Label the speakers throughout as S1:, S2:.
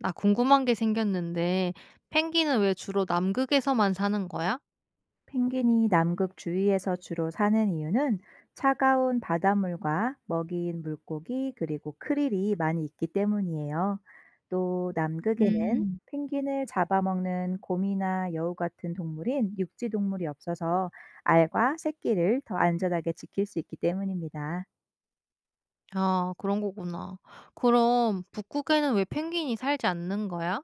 S1: 나 궁금한 게 생겼는데, 펭귄은 왜 주로 남극에서만 사는 거야?
S2: 펭귄이 남극 주위에서 주로 사는 이유는 차가운 바닷물과 먹이인 물고기 그리고 크릴이 많이 있기 때문이에요. 또 남극에는
S1: 음,
S2: 펭귄을 잡아먹는 곰이나 여우 같은 동물인 육지 동물이 없어서 알과 새끼를 더 안전하게 지킬 수 있기 때문입니다.
S1: 아, 그런 거구나. 그럼 북극에는 왜 펭귄이 살지 않는 거야?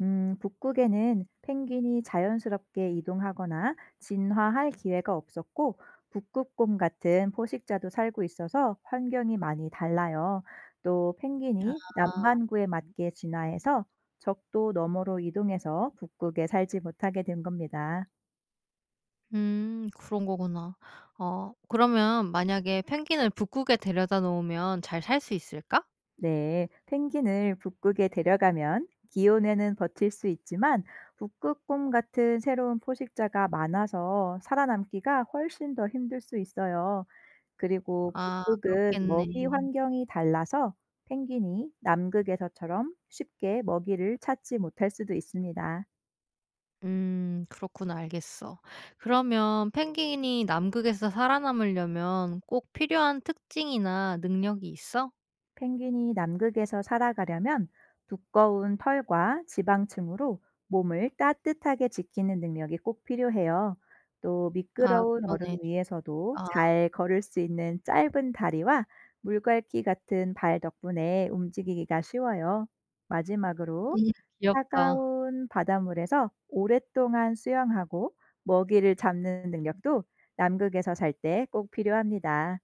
S2: 북극에는 펭귄이 자연스럽게 이동하거나 진화할 기회가 없었고, 북극곰 같은 포식자도 살고 있어서 환경이 많이 달라요. 또 펭귄이
S1: 아,
S2: 남반구에 맞게 진화해서 적도 너머로 이동해서 북극에 살지 못하게 된 겁니다.
S1: 그런 거구나. 그러면 만약에 펭귄을 북극에 데려다 놓으면 잘 살 수 있을까?
S2: 네, 펭귄을 북극에 데려가면 기온에는 버틸 수 있지만 북극곰 같은 새로운 포식자가 많아서 살아남기가 훨씬 더 힘들 수 있어요. 그리고
S1: 아,
S2: 북극은
S1: 그렇겠네.
S2: 먹이 환경이 달라서 펭귄이 남극에서처럼 쉽게 먹이를 찾지 못할 수도 있습니다.
S1: 그렇구나. 알겠어. 그러면 펭귄이 남극에서 살아남으려면 꼭 필요한 특징이나 능력이 있어?
S2: 펭귄이 남극에서 살아가려면 두꺼운 털과 지방층으로 몸을 따뜻하게 지키는 능력이 꼭 필요해요. 또
S1: 아,
S2: 미끄러운 얼음
S1: 그러네.
S2: 위에서도
S1: 아,
S2: 잘 걸을 수 있는 짧은 다리와 물갈기 같은 발 덕분에 움직이기가 쉬워요. 마지막으로
S1: 음 귀엽다.
S2: 차가운 바닷물에서 오랫동안 수영하고 먹이를 잡는 능력도 남극에서 살 때 꼭 필요합니다.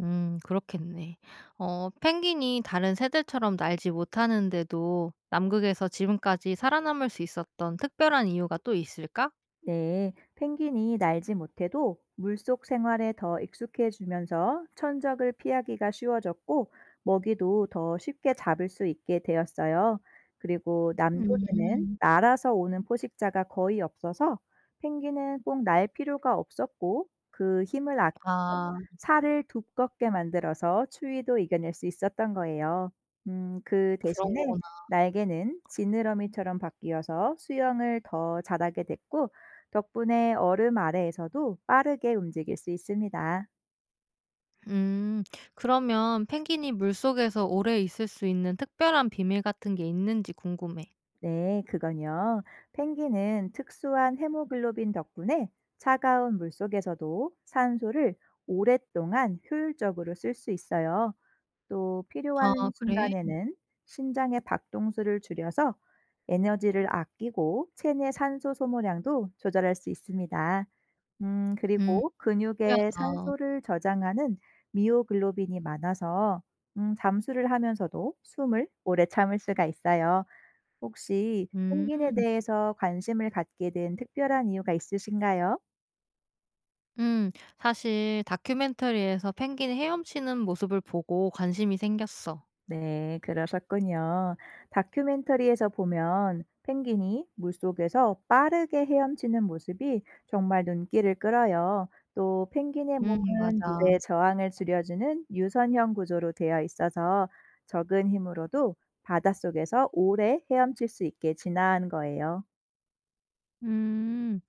S1: 그렇겠네. 펭귄이 다른 새들처럼 날지 못하는데도 남극에서 지금까지 살아남을 수 있었던 특별한 이유가 또 있을까?
S2: 네, 펭귄이 날지 못해도 물속 생활에 더 익숙해지면서 천적을 피하기가 쉬워졌고 먹이도 더 쉽게 잡을 수 있게 되었어요. 그리고 남극에는
S1: 음.
S2: 날아서 오는 포식자가 거의 없어서 펭귄은 꼭 날 필요가 없었고, 그 힘을 아끼
S1: 아,
S2: 살을 두껍게 만들어서 추위도 이겨낼 수 있었던 거예요. 그
S1: 그런
S2: 대신에
S1: 거구나.
S2: 날개는 지느러미처럼 바뀌어서 수영을 더 잘하게 됐고, 덕분에 얼음 아래에서도 빠르게 움직일 수 있습니다.
S1: 음 그러면 펭귄이 물속에서 오래 있을 수 있는 특별한 비밀 같은 게 있는지 궁금해.
S2: 네, 그건요. 펭귄은 특수한 헤모글로빈 덕분에 차가운 물속에서도 산소를 오랫동안 효율적으로 쓸 수 있어요. 또
S1: 아,
S2: 필요한
S1: 그래?
S2: 순간에는 심장의 박동수를 줄여서 에너지를 아끼고 체내 산소 소모량도 조절할 수 있습니다.
S1: 음.
S2: 그리고 근육에
S1: 신기하다.
S2: 산소를 저장하는 미오글로빈이 많아서 잠수를 하면서도 숨을 오래 참을 수가 있어요. 혹시
S1: 음.
S2: 펭귄에 대해서 관심을 갖게 된 특별한 이유가 있으신가요?
S1: 음. 사실 다큐멘터리에서 펭귄이 헤엄치는 모습을 보고 관심이 생겼어.
S2: 네, 그러셨군요. 다큐멘터리에서 보면 펭귄이 물속에서 빠르게 헤엄치는 모습이 정말 눈길을 끌어요. 또 펭귄의
S1: 음,
S2: 몸은
S1: 맞아.
S2: 물의 저항을 줄여주는 유선형 구조로 되어 있어서 적은 힘으로도 바닷속에서 오래 헤엄칠 수 있게 진화한 거예요.
S1: 음.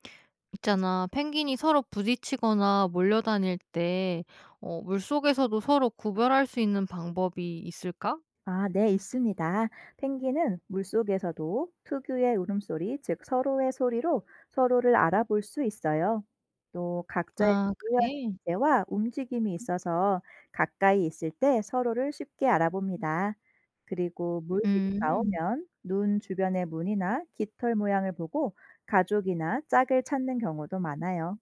S1: 있잖아. 펭귄이 서로 부딪히거나 몰려다닐 때 물속에서도 서로 구별할 수 있는 방법이 있을까?
S2: 아, 네, 있습니다. 펭귄은 물속에서도 특유의 울음소리, 즉 서로의 소리로 서로를 알아볼 수 있어요. 또 각자의
S1: 아,
S2: 고유한
S1: 그래?
S2: 기와 움직임이 있어서 가까이 있을 때 서로를 쉽게 알아봅니다. 그리고 물 위로
S1: 음.
S2: 나오면 눈 주변의 문이나 깃털 모양을 보고 가족이나 짝을 찾는 경우도 많아요.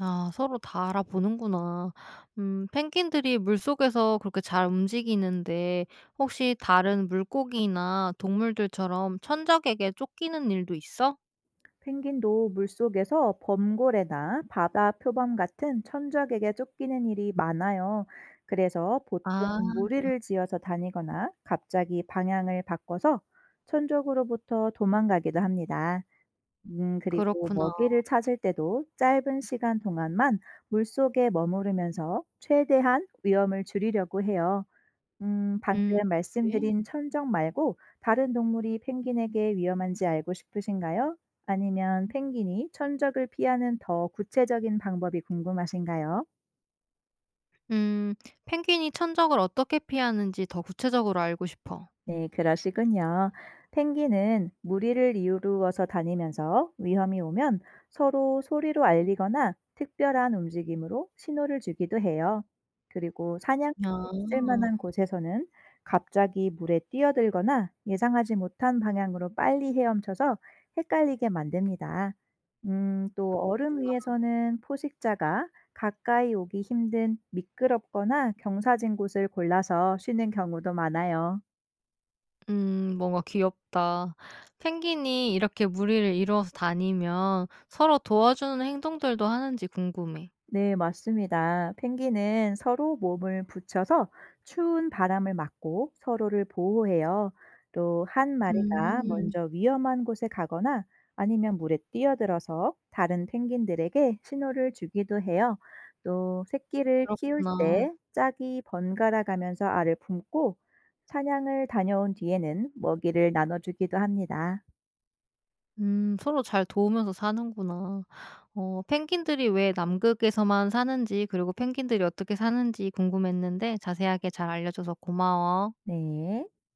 S1: 아, 서로 다 알아보는구나. 펭귄들이 물속에서 그렇게 잘 움직이는데 혹시 다른 물고기나 동물들처럼 천적에게 쫓기는 일도 있어?
S2: 펭귄도 물속에서 범고래나 바다 표범 같은 천적에게 쫓기는 일이 많아요. 그래서 보통
S1: 아,
S2: 무리를 지어서 다니거나 갑자기 방향을 바꿔서 천적으로부터 도망가기도 합니다. 그리고
S1: 그렇구나.
S2: 먹이를 찾을 때도 짧은 시간 동안만 물속에 머무르면서 최대한 위험을 줄이려고 해요. 방금
S1: 음. 네.
S2: 말씀드린 천적 말고 다른 동물이 펭귄에게 위험한지 알고 싶으신가요? 아니면 펭귄이 천적을 피하는 더 구체적인 방법이 궁금하신가요?
S1: 음. 펭귄이 천적을 어떻게 피하는지 더 구체적으로 알고 싶어.
S2: 네, 그러시군요. 펭귄은 무리를 이루어서 다니면서 위험이 오면 서로 소리로 알리거나 특별한 움직임으로 신호를 주기도 해요. 그리고 사냥 있을
S1: 아.
S2: 만한 곳에서는 갑자기 물에 뛰어들거나 예상하지 못한 방향으로 빨리 헤엄쳐서 헷갈리게 만듭니다. 또 얼음
S1: 그렇구나.
S2: 위에서는 포식자가 가까이 오기 힘든 미끄럽거나 경사진 곳을 골라서 쉬는 경우도 많아요.
S1: 음. 뭔가 귀엽다. 펭귄이 이렇게 무리를 이루어서 다니면 서로 도와주는 행동들도 하는지 궁금해.
S2: 네, 맞습니다. 펭귄은 서로 몸을 붙여서 추운 바람을 막고 서로를 보호해요. 또 한 마리가
S1: 음.
S2: 먼저 위험한 곳에 가거나 아니면 물에 뛰어들어서 다른 펭귄들에게 신호를 주기도 해요. 또 새끼를 키울
S1: 그렇구나.
S2: 때 짝이 번갈아 가면서 알을 품고 사냥을 다녀온 뒤에는 먹이를 나눠주기도 합니다.
S1: 음. 서로 잘 도우면서 사는구나. 펭귄들이 왜 남극에서만 사는지 그리고 펭귄들이 어떻게 사는지 궁금했는데 자세하게 잘 알려줘서 고마워.
S2: 네.